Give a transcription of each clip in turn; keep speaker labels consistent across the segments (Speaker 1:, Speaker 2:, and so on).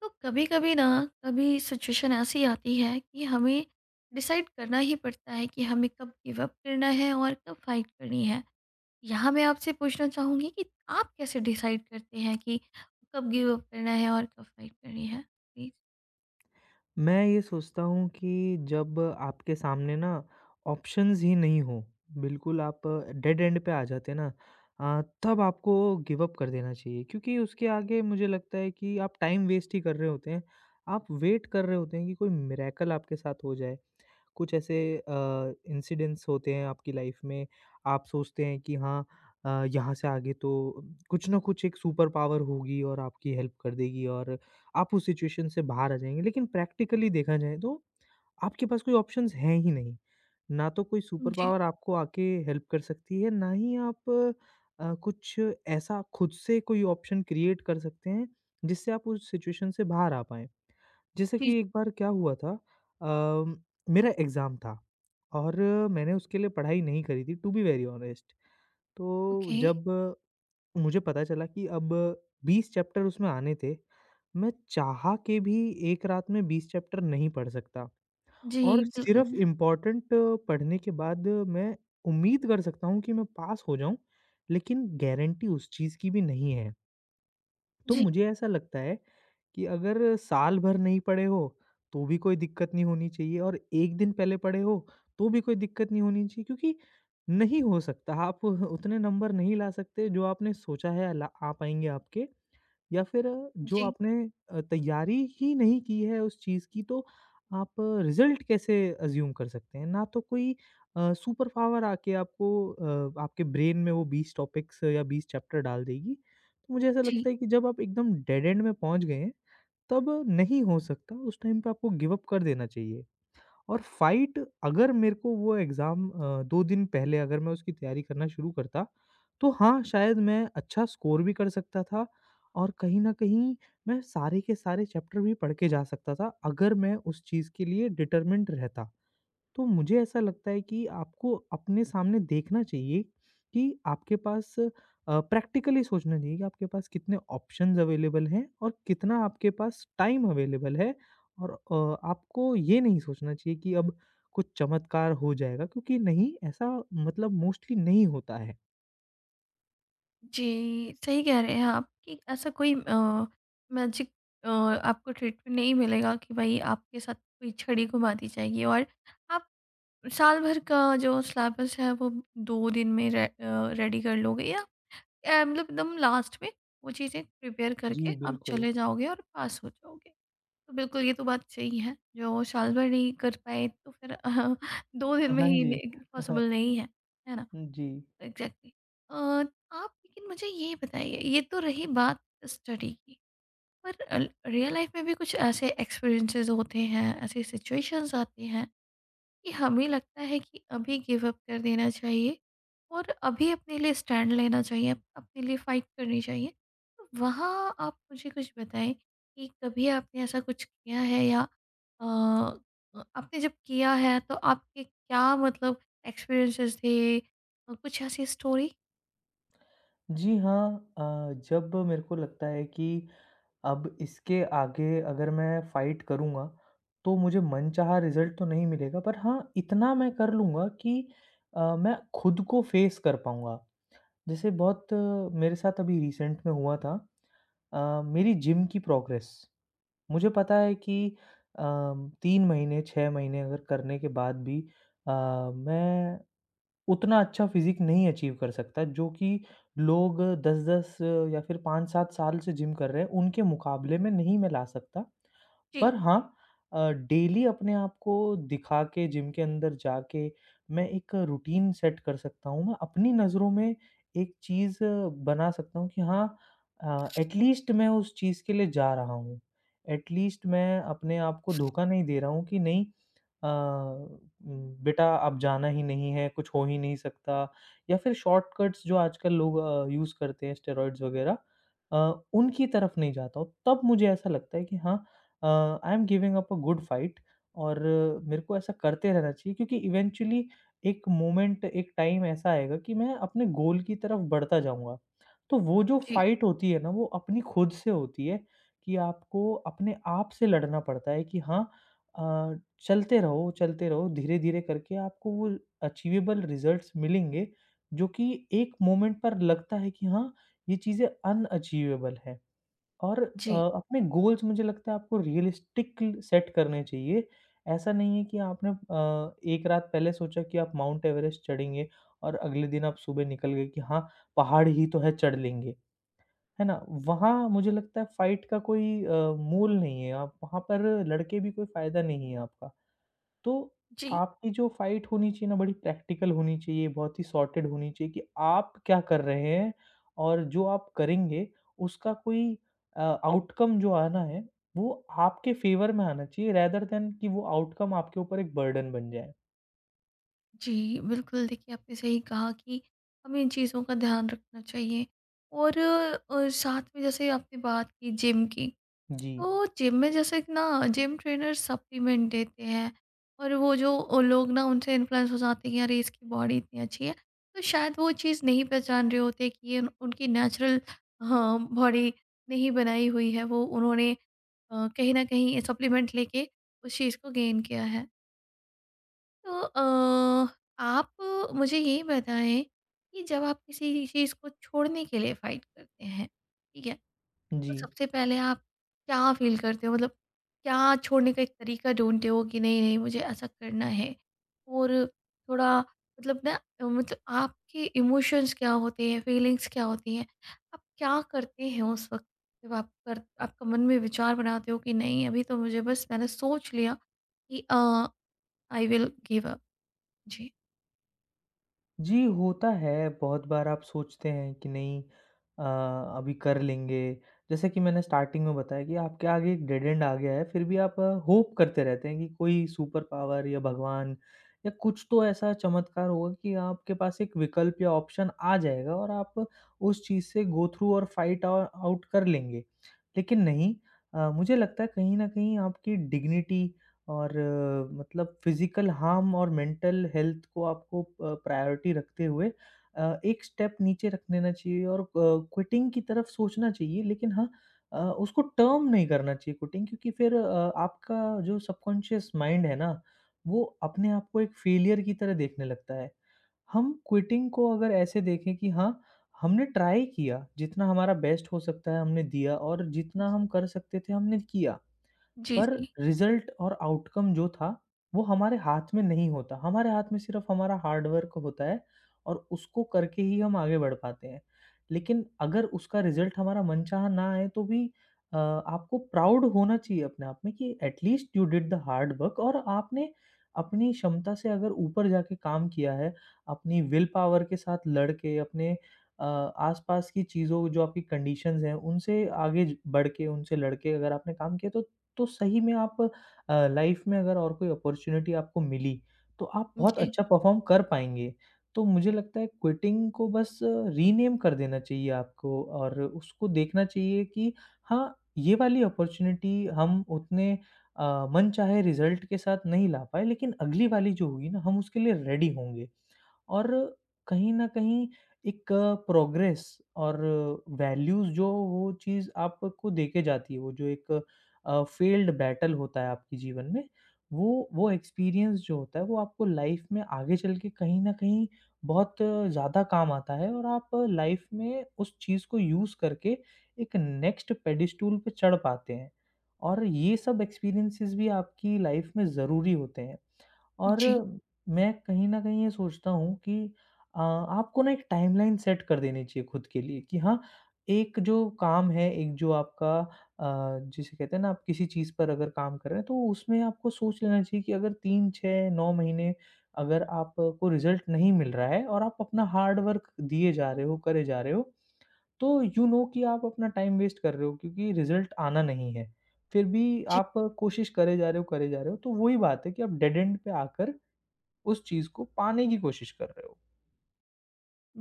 Speaker 1: तो कभी कभी ना कभी सिचुएशन ऐसी आती है कि हमें डिसाइड करना ही पड़ता है कि हमें कब गिव अप करना है और कब फाइट करनी है। यहाँ मैं आपसे पूछना चाहूंगी कि आप कैसे डिसाइड करते हैं कि कब गिव अप करना है और कब फाइट करनी है। प्लीज।
Speaker 2: मैं ये सोचता हूँ कि जब आपके सामने ना ऑप्शंस ही नहीं हो, बिल्कुल आप डेड एंड पे आ जाते ना तब आपको गिव अप कर देना चाहिए क्योंकि उसके आगे मुझे लगता है कि आप टाइम वेस्ट ही कर रहे होते हैं। आप वेट कर रहे होते हैं कि कोई मिरेकल आपके साथ हो जाए कुछ ऐसे इंसिडेंट्स होते हैं आपकी लाइफ में, आप सोचते हैं कि हाँ यहाँ से आगे तो कुछ ना कुछ एक सुपर पावर होगी और आपकी हेल्प कर देगी और आप उस सिचुएशन से बाहर आ जाएँगे। लेकिन प्रैक्टिकली देखा जाए तो आपके पास कोई ऑप्शंस हैं ही नहीं। ना तो कोई सुपर
Speaker 1: जी।
Speaker 2: पावर आपको आके हेल्प कर सकती है, ना ही आप कुछ ऐसा खुद से कोई ऑप्शन क्रिएट कर सकते हैं, जिससे आप उस सिचुएशन से बाहर आ पाएँ। जैसे
Speaker 1: जी।
Speaker 2: कि एक बार क्या हुआ था अ, मेरा एग्ज़ाम था और मैंने उसके लिए पढ़ाई नहीं करी थी टू बी वेरी ऑनेस्ट। तो
Speaker 1: ओके।
Speaker 2: जब मुझे पता चला कि अब 20 चैप्टर उसमें आने थे, मैं चाह के भी एक रात में 20 चैप्टर नहीं पढ़ सकता और
Speaker 1: जी। बिल्कुल।
Speaker 2: सिर्फ़ इम्पोर्टेंट पढ़ने के बाद मैं उम्मीद कर सकता हूँ कि मैं पास हो जाऊँ, लेकिन गारंटी उस चीज़ की भी नहीं है। तो
Speaker 1: जी।
Speaker 2: मुझे ऐसा लगता है कि अगर साल भर नहीं पढ़े हो तो भी कोई दिक्कत नहीं होनी चाहिए और 1 दिन पहले पढ़े हो तो भी कोई दिक्कत नहीं होनी चाहिए क्योंकि नहीं हो सकता आप उतने नंबर नहीं ला सकते जो आपने सोचा है ला आ पाएँगे आपके। या फिर जो
Speaker 1: जी।
Speaker 2: आपने तैयारी ही नहीं की है उस चीज़ की तो आप रिज़ल्ट कैसे अज़्यूम कर सकते हैं? ना तो कोई सुपर पावर आके आपको आपके ब्रेन में वो 20 टॉपिक्स या 20 चैप्टर डाल देगी। तो मुझे ऐसा
Speaker 1: जी।
Speaker 2: लगता है कि जब आप एकदम डेड एंड में पहुँच गए हैं, तब नहीं हो सकता, उस टाइम पे आपको गिव अप कर देना चाहिए। और फाइट अगर मेरे को वो एग्ज़ाम 2 दिन पहले अगर मैं उसकी तैयारी करना शुरू करता, तो हाँ, शायद मैं अच्छा स्कोर भी कर सकता था और कहीं न कहीं मैं सारे के सारे चैप्टर भी पढ़ के जा सकता था, अगर मैं उस चीज़ के लिए डिटरमिन्ड रहता। तो मुझे ऐसा लगता है कि आपको अपने सामने देखना चाहिए कि आपके पास प्रैक्टिकली सोचना चाहिए कि आपके पास कितने ऑप्शंस अवेलेबल हैं और कितना आपके पास टाइम अवेलेबल है और आपको ये नहीं सोचना चाहिए कि अब कुछ चमत्कार हो जाएगा क्योंकि नहीं ऐसा मतलब मोस्टली नहीं होता है।
Speaker 1: जी सही कह रहे हैं आप कि ऐसा कोई मैजिक आपको ट्रीटमेंट नहीं मिलेगा कि भाई आपके साथ कोई छड़ी घुमा दी जाएगी और आप साल भर का जो सिलेबस है वो 2 दिन में रेडी कर लोगे या मतलब एकदम लास्ट में वो चीज़ें प्रिपेयर
Speaker 2: जी,
Speaker 1: करके आप
Speaker 2: बिल्कुल।
Speaker 1: चले जाओगे और पास हो जाओगे। तो बिल्कुल ये तो बात सही है, जो साल भर नहीं कर पाए तो फिर 2 दिन
Speaker 2: हाँ।
Speaker 1: में
Speaker 2: हाँ
Speaker 1: ही
Speaker 2: जी।
Speaker 1: नहीं
Speaker 2: हाँ,
Speaker 1: पॉसिबल नहीं है, है ना?
Speaker 2: जी।
Speaker 1: एग्ज़ैक्टली। आप लेकिन मुझे ये बताइए ये तो रही बात स्टडी की, पर अल रियल लाइफ़ में भी कुछ ऐसे एक्सपीरियंसेस होते हैं, ऐसी सिचुएशंस आती हैं कि हमें लगता है कि अभी गिव अप कर देना चाहिए और अभी अपने लिए स्टैंड लेना चाहिए अपने लिए फाइट करनी चाहिए। तो वहाँ आप मुझे कुछ बताएं कि कभी आपने ऐसा कुछ किया है या आपने जब किया है तो आपके क्या मतलब एक्सपीरियंसेस थे कुछ ऐसी स्टोरी।
Speaker 2: जी हाँ, जब मेरे को लगता है कि अब इसके आगे अगर मैं फ़ाइट करूँगा, तो मुझे मनचाहा रिज़ल्ट तो नहीं मिलेगा पर हाँ, इतना मैं कर लूँगा कि मैं खुद को फ़ेस कर पाऊँगा। जैसे बहुत मेरे साथ अभी रिसेंट में हुआ था मेरी जिम की प्रोग्रेस। मुझे पता है कि अ, 3 महीने, 6 महीने अगर करने के बाद भी अ, मैं उतना अच्छा फिज़िक नहीं अचीव कर सकता जो कि लोग 10-10 या फिर 5-7 साल से जिम कर रहे हैं, उनके मुकाबले में नहीं मैं ला सकता।
Speaker 1: जी।
Speaker 2: पर हाँ डेली अपने आप को दिखा के जिम के अंदर जाके मैं एक रूटीन सेट कर सकता हूँ। मैं अपनी नज़रों में एक चीज़ बना सकता हूँ कि हाँ एटलीस्ट मैं उस चीज़ के लिए जा रहा हूँ। एटलीस्ट मैं अपने आप को धोखा नहीं दे रहा हूँ कि नहीं बेटा अब जाना ही नहीं है, कुछ हो ही नहीं सकता या फिर शॉर्टकट्स जो आजकल लोग यूज़ करते हैं स्टेरॉइड्स वगैरह उनकी तरफ नहीं जाता हूँ। तब मुझे ऐसा लगता है कि हाँ I am giving up a good fight और मेरे को ऐसा करते रहना चाहिए क्योंकि इवेंचुअली एक मोमेंट, एक टाइम ऐसा आएगा कि मैं अपने गोल की तरफ बढ़ता जाऊँगा। तो वो जो
Speaker 1: जी।
Speaker 2: फाइट होती है ना, वो अपनी खुद से होती है कि आपको अपने आप से लड़ना पड़ता है कि हाँ अ चलते रहो, धीरे-धीरे करके आपको वो अचीवेबल रिज़ल्ट्स मिलेंगे, जो कि एक मोमेंट पर लगता है कि हाँ, ये चीज़ें अनअचीवेबल हैं। और
Speaker 1: जी।
Speaker 2: अपने गोल्स मुझे लगता है आपको रियलिस्टिक सेट करने चाहिए। ऐसा नहीं है कि आपने एक रात पहले सोचा कि आप माउंट एवरेस्ट चढ़ेंगे और अगले दिन आप सुबह निकल गए कि हाँ, पहाड़ ही तो है चढ़ लेंगे, है ना? वहाँ मुझे लगता है फाइट का कोई मोल नहीं है, आप वहाँ पर लड़ के भी कोई फ़ायदा नहीं है आपका। तो
Speaker 1: जी।
Speaker 2: आपकी जो फाइट होनी चाहिए ना बड़ी प्रैक्टिकल होनी चाहिए, बहुत ही सॉर्टेड होनी चाहिए कि आप क्या कर रहे हैं और जो आप करेंगे उसका कोई आउटकम जो आना है वो आपके फ़ेवर में आना चाहिए रेदर देन कि वो आउटकम आपके ऊपर एक बर्डन बन जाए।
Speaker 1: जी, बिल्कुल देखिए आपने सही कहा कि हमें इन चीज़ों का ध्यान रखना चाहिए और साथ में जैसे आपने बात की जिम की,
Speaker 2: जी,
Speaker 1: तो जिम में जैसे कि ना जिम ट्रेनर सप्लीमेंट देते हैं और वो जो लोग ना उनसे इन्फ्लुएंस हो जाते हैं कि अरे इसकी बॉडी इतनी अच्छी है, तो शायद वो चीज़ नहीं पहचान रहे होते कि ये उनकी नेचुरल हाँ, बॉडी नहीं बनाई हुई है, वो उन्होंने कहीं न कहीं सप्लीमेंट लेके उस चीज़ को गेन किया है। तो आप मुझे ये बताएँ कि जब आप किसी चीज़ को छोड़ने के लिए फ़ाइट करते हैं, ठीक है? तो
Speaker 2: जी।
Speaker 1: सबसे पहले आप क्या फ़ील करते हो? मतलब क्या छोड़ने का एक तरीका ढूँढते हो कि नहीं, नहीं मुझे ऐसा करना है? और थोड़ा मतलब ना मतलब आपके इमोशंस क्या होते हैं, फ़ीलिंग्स क्या होती हैं? आप क्या करते हैं उस वक़्त जब आप कर आपका मन में विचार बनाते हो कि नहीं अभी तो मुझे बस मैंने सोच लिया कि आई विल गिव अप? जी।
Speaker 2: जी, होता है, बहुत बार आप सोचते हैं कि नहीं अ, अभी कर लेंगे। जैसे कि मैंने स्टार्टिंग में बताया कि आपके आगे एक डेड एंड आ गया है, फिर भी आप होप करते रहते हैं कि कोई सुपर पावर या भगवान या कुछ तो ऐसा चमत्कार होगा कि आपके पास एक विकल्प या ऑप्शन आ जाएगा और आप उस चीज़ से गो थ्रू और फाइट औ आउट कर लेंगे। लेकिन नहीं मुझे लगता है कहीं न कहीं आपकी डिग्निटी और मतलब फिजिकल हार्म और मेंटल हेल्थ को आपको प्रायोरिटी रखते हुए एक स्टेप नीचे रख देना चाहिए और क्विटिंग की तरफ सोचना चाहिए लेकिन हाँ उसको टर्म नहीं करना चाहिए क्विटिंग क्योंकि फिर आपका जो सबकॉन्शियस माइंड है ना वो अपने आप को एक फेलियर की तरह देखने लगता है हम क्विटिंग को अगर ऐसे देखें कि हाँ हमने ट्राई किया जितना हमारा बेस्ट हो सकता है हमने दिया और जितना
Speaker 1: जी,
Speaker 2: हम कर सकते थे हमने किया
Speaker 1: जी,
Speaker 2: पर
Speaker 1: जी।
Speaker 2: रिज़ल्ट और आउटकम जो था, वो हमारे हाथ में नहीं होता। हमारे हाथ में सिर्फ़ हमारा हार्ड वर्क होता है और उसको करके ही हम आगे बढ़ पाते हैं। लेकिन अगर उसका रिज़ल्ट हमारा मनचाहा ना आए तो भी आपको प्राउड होना चाहिए अपने आप में कि at least you did the hard work और आपने अपनी क्षमता से अगर ऊपर जाके काम किया है, अपनी विल पावर के साथ लड़ के अपने आस-पास की चीज़ों जो आपकी कंडीशंस हैं, उनसे आगे ज बढ़ के, उनसे लड़ के अगर आपने काम किया तो सही में आप लाइफ में अगर और कोई अपॉर्च्युनिटी आपको मिली, तो आप बहुत
Speaker 1: जी,
Speaker 2: अच्छा परफ़ॉर्म कर पाएँगे। तो मुझे लगता है क्विटिंग को बस रीनेम कर देना चाहिए आपको और उसको देखना चाहिए कि हाँ, ये वाली अपॉर्च्युनिटी हम उतने मनचाहे रिज़ल्ट के साथ नहीं ला पाए, लेकिन अगली वाली जो होगी ना, हम उसके लिए रेडी होंगे। और कहीं न कहीं एक प्रोग्रेस और वैल्यूज़ जो वो चीज़ आपको देके जाती है, वो जो एक फेल्ड बैटल होता है आपके जीवन में, वो एक्सपीरियंस जो होता है, वो आपको लाइफ़ में आगे चल के कहीं न कहीं बहुत ज़्यादा काम आता है और आप लाइफ़ में उस चीज़ को यूज़ करके एक नेक्स्ट पेडेस्टूल पे चढ़ पाते हैं। और ये सब एक्सपीरियंसेस भी आपकी लाइफ़ में ज़रूरी होते हैं। और
Speaker 1: जी,
Speaker 2: मैं कहीं न कहीं ये सोचता हूँ कि आपको ना एक टाइमलाइन सेट कर देनी चाहिए खुद के लिए कि हाँ, एक जो काम है, एक जो आपका जिसे कहते हैं ना आप किसी चीज़ पर अगर काम कर रहे हैं तो उसमें आपको सोच लेना चाहिए कि अगर 3, 6, 9 महीने अगर आपको रिज़ल्ट नहीं मिल रहा है और आप अपना हार्ड वर्क दिए जा रहे हो, करे जा रहे हो, तो यू नो कि आप अपना टाइम वेस्ट कर रहे हो क्योंकि रिज़ल्ट आना नहीं है। फिर भी
Speaker 1: जी,
Speaker 2: आप कोशिश करे जा रहे हो, करे जा रहे हो, तो वही बात है कि आप डेड एंड पे आकर उस चीज़ को पाने की कोशिश कर रहे हो।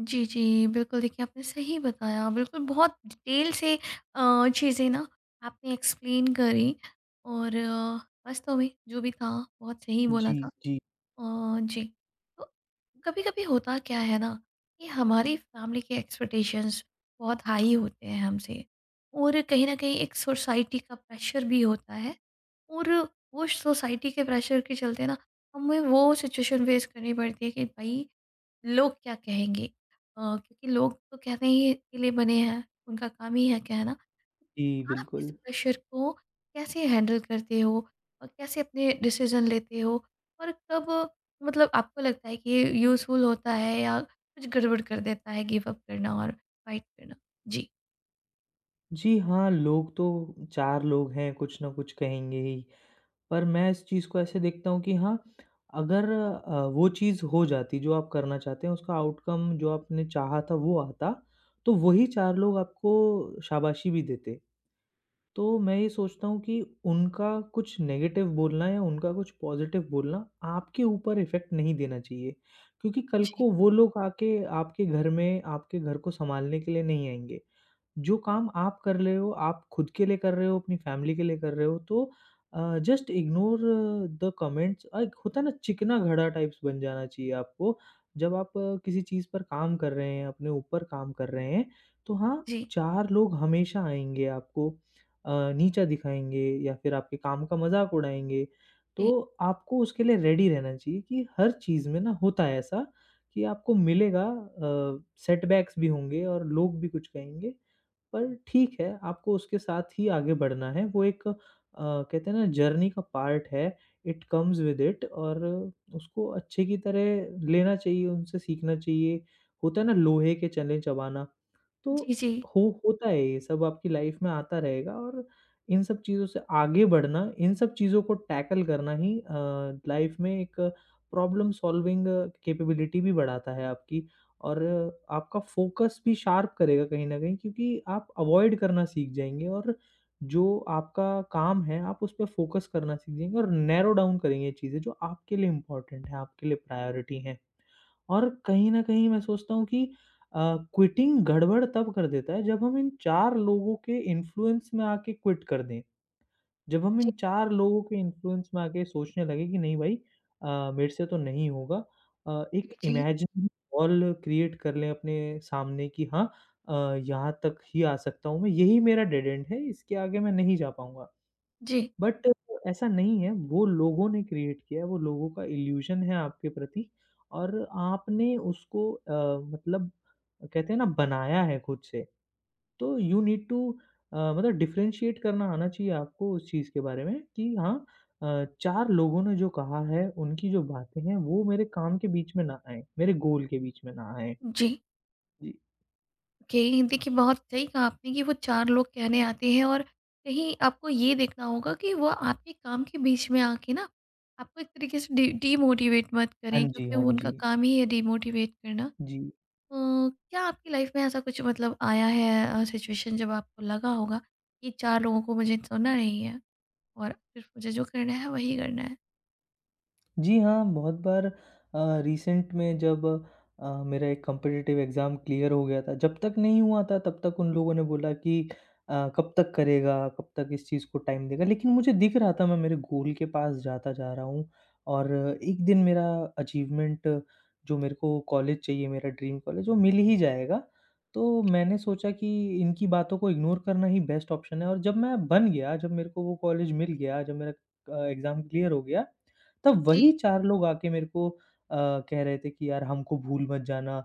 Speaker 1: जी, जी, बिल्कुल देखिए आपने सही बताया, बिल्कुल बहुत डिटेल से चीज़ें ना आपने एक्सप्लेन करी और वास्तव में जो भी था बहुत सही बोला
Speaker 2: जी,
Speaker 1: था।
Speaker 2: जी।
Speaker 1: जी, तो कभी कभी होता क्या है ना कि हमारी फैमिली के एक्सपेक्टेशंस बहुत हाई होते हैं हमसे और कहीं ना कहीं एक सोसाइटी का प्रेशर भी होता है और वो सोसाइटी के प्रेशर के चलते ना हमें वो सिचुएशन फेस करनी पड़ती है कि भाई लोग क्या कहेंगे क्योंकि लोग तो कहने ही के लिए बने हैं उनका काम ही है कहना।
Speaker 2: जी,
Speaker 1: आप इस
Speaker 2: बिल्कुल।
Speaker 1: प्रेशर को कैसे हैंडल करते हो और कैसे अपने डिसीजन लेते हो और कब मतलब आपको लगता है कि ये यूज़फुल होता है या कुछ गड़बड़ कर देता है गिव अप करना और फाइट करना? जी।
Speaker 2: जी हाँ, लोग तो 4 लोग हैं, कुछ ना कुछ कहेंगे ही। पर मैं इस चीज़ को ऐसे देखता हूँ कि हाँ, अगर वो चीज़ हो जाती जो आप करना चाहते हैं, उसका आउटकम जो आपने चाहा था वो आता, तो वही 4 लोग आपको शाबाशी भी देते। तो मैं ये सोचता हूँ कि उनका कुछ नेगेटिव बोलना या उनका कुछ पॉज़िटिव बोलना आपके ऊपर इफ़ेक्ट नहीं देना चाहिए। क्योंकि कल
Speaker 1: जी।
Speaker 2: को वो लोग आके आपके घर में आपके घर को सँभालने के लिए नहीं आएँगे। जो काम आप कर रहे हो, आप खुद के लिए कर रहे हो, अपनी फैमिली के लिए कर रहे हो, तो जस्ट इग्नोर द कमेंट्स एक होता है ना चिकना घड़ा टाइप्स बन जाना चाहिए आपको। जब आप किसी चीज़ पर काम कर रहे हैं, अपने ऊपर काम कर रहे हैं, तो हाँ,
Speaker 1: जी।
Speaker 2: 4 लोग हमेशा आएँगे आपको नीचा दिखाएँगे या फिर आपके काम का मज़ाक उड़ाएँगे। तो
Speaker 1: जी।
Speaker 2: आपको उसके लिए रेडी रहना चाहिए कि हर चीज़ में ना होता है ऐसा कि आपको मिलेगा सेटबैक्स भी होंगे और लोग भी कुछ कहेंगे। पर ठीक है, आपको उसके साथ ही आगे बढ़ना है। वो एक कहते हैं ना जर्नी का पार्ट है, इट कम्स विद इट और उसको अच्छे की तरह लेना चाहिए, उनसे सीखना चाहिए। होता है ना लोहे के चने चबाना, तो
Speaker 1: जी। जी।
Speaker 2: हो होता है ये सब आपकी लाइफ में आता रहेगा और इन सब चीज़ों से आगे बढ़ना, इन सब चीज़ों को टैकल करना ही लाइफ में एक प्रॉब्लम सॉल्विंग कैपेबिलिटी भी बढ़ाता है आपकी और आपका फोकस भी शार्प करेगा कहीं न कहीं क्योंकि आप अवॉइड करना सीख जाएँगे और जो आपका काम है, आप उस पे फोकस करना सीख जाएँगे और नैरो डाउन करेंगे चीज़ें जो आपके लिए इम्पोर्टेंट है, आपके लिए प्रायोरिटी हैं। और कहीं न कहीं मैं सोचता हूँ कि अ, क्विटिंग गड़बड़ तब कर देता है जब हम इन 4 लोगों के इन्फ्लुएंस में आके क्विट कर दें। जब हम
Speaker 1: जी।
Speaker 2: इन 4 लोगों के इन्फ्लुएंस में आके सोचने लगे कि नहीं भाई मेरे से तो नहीं होगा। एक
Speaker 1: जी।
Speaker 2: इमेजिनरी वॉल क्रिएट कर लें अपने सामने कि हाँ, अ, यहाँ तक ही आ सकता हूँ मैं, यही मेरा डेड एंड है, इसके आगे मैं नहीं जा पाऊँगा।
Speaker 1: जी।
Speaker 2: बट ऐसा नहीं है, वो लोगों ने क्रिएट किया है, वो लोगों का इल्यूज़न है आपके प्रति और आपने उसको मतलब कहते हैं ना बनाया है खुद से। तो यू नीड टू मतलब डिफरेंशिएट करना आना चाहिए आपको उस चीज़ के बारे में कि हाँ, 4 लोगों ने जो कहा है, उनकी जो बातें हैं वो मेरे काम के बीच में ना आएँ, मेरे गोल के बीच में ना आएँ।
Speaker 1: जी। जी।
Speaker 2: जी।
Speaker 1: ओके, देखिए बहुत सही कहा आपने कि वो चार लोग कहने आते हैं और कहीं आपको ये देखना होगा कि वो आपके काम के बीच में आके ना आपको एक तरीके से डी डीमोटिवेट मत
Speaker 2: हाँ
Speaker 1: करें
Speaker 2: जी,
Speaker 1: क्योंकि
Speaker 2: हाँ
Speaker 1: वो उनका
Speaker 2: जी।
Speaker 1: काम ही है डीमोटिवेट करना।
Speaker 2: जी।
Speaker 1: तो क्या आपकी लाइफ में ऐसा कुछ मतलब आया है सिचुएशन जब आपको लगा होगा कि 4 लोगों को मुझे सुनना नहीं है और सिर्फ मुझे जो करना है वही करना है?
Speaker 2: जी हाँ, बहुत बार रिसेंट में जब मेरा एक कॉम्पिटिटिव एग्ज़ाम क्लियर हो गया था, जब तक नहीं हुआ था तब तक उन लोगों ने बोला कि कब तक करेगा, कब तक इस चीज़ को टाइम देगा। लेकिन मुझे दिख रहा था मैं मेरे गोल के पास जाता जा रहा हूँ और एक दिन मेरा अचीवमेंट जो मेरे को कॉलेज चाहिए, मेरा ड्रीम कॉलेज वो मिल ही जाएगा। तो मैंने सोचा कि इनकी बातों को इग्नोर करना ही बेस्ट ऑप्शन है और जब मैं बन गया, जब मेरे को वो कॉलेज मिल गया, जब मेरा एग्ज़ाम क्लियर हो गया तब
Speaker 1: जी।
Speaker 2: वही 4 लोग आके मेरे को अ, कह रहे थे कि यार हमको भूल मत जाना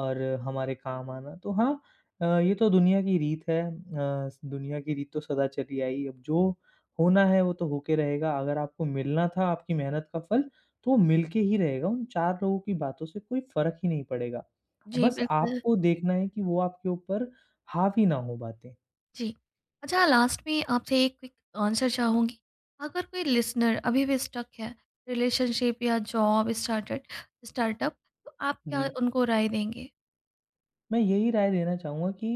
Speaker 2: और हमारे काम आना। तो हाँ, ये तो दुनिया की रीत है, दुनिया की रीत तो सदा चली आई। अब जो होना है वो तो होके रहेगा। अगर आपको मिलना था आपकी मेहनत का फल, तो वो मिल के ही रहेगा। उन 4 लोगों की बातों से कोई फ़र्क ही नहीं पड़ेगा।
Speaker 1: जी,
Speaker 2: बस
Speaker 1: बिल्कुल।
Speaker 2: आपको देखना है कि वो आपके ऊपर हावी ना हो बातें।
Speaker 1: जी। अच्छा लास्ट में आपसे एक क्विक आंसर चाहूँगी। अगर कोई लिसनर अभी भी स्टक है रिलेशनशिप या जॉब स्टार्टेड स्टार्टअप, तो आप क्या
Speaker 2: जी।
Speaker 1: उनको राय देंगे?
Speaker 2: मैं यही राय देना चाहूँगा कि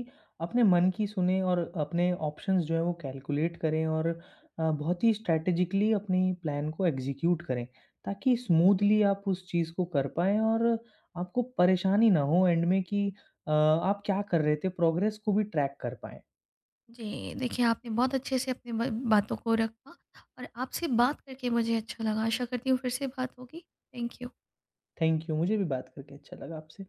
Speaker 2: अपने मन की सुनें और अपने ऑप्शंस जो हैं वो कैलकुलेट करें और बहुत ही स्ट्रैटेजिकली अपनी प्लान को एग्जीक्यूट करें, ताकि स्मूथली आप उस चीज़ को कर पाएँ और आपको परेशानी ना हो एंड में कि आप क्या कर रहे थे, प्रोग्रेस को भी ट्रैक कर पाएँ।
Speaker 1: जी, देखिए आपने बहुत अच्छे से अपनी ब बातों को रखा और आपसे बात करके मुझे अच्छा लगा। आशा करती हूँ फिर से बात होगी। Thank you.
Speaker 2: थैंक यू, मुझे भी बात करके अच्छा लगा आपसे।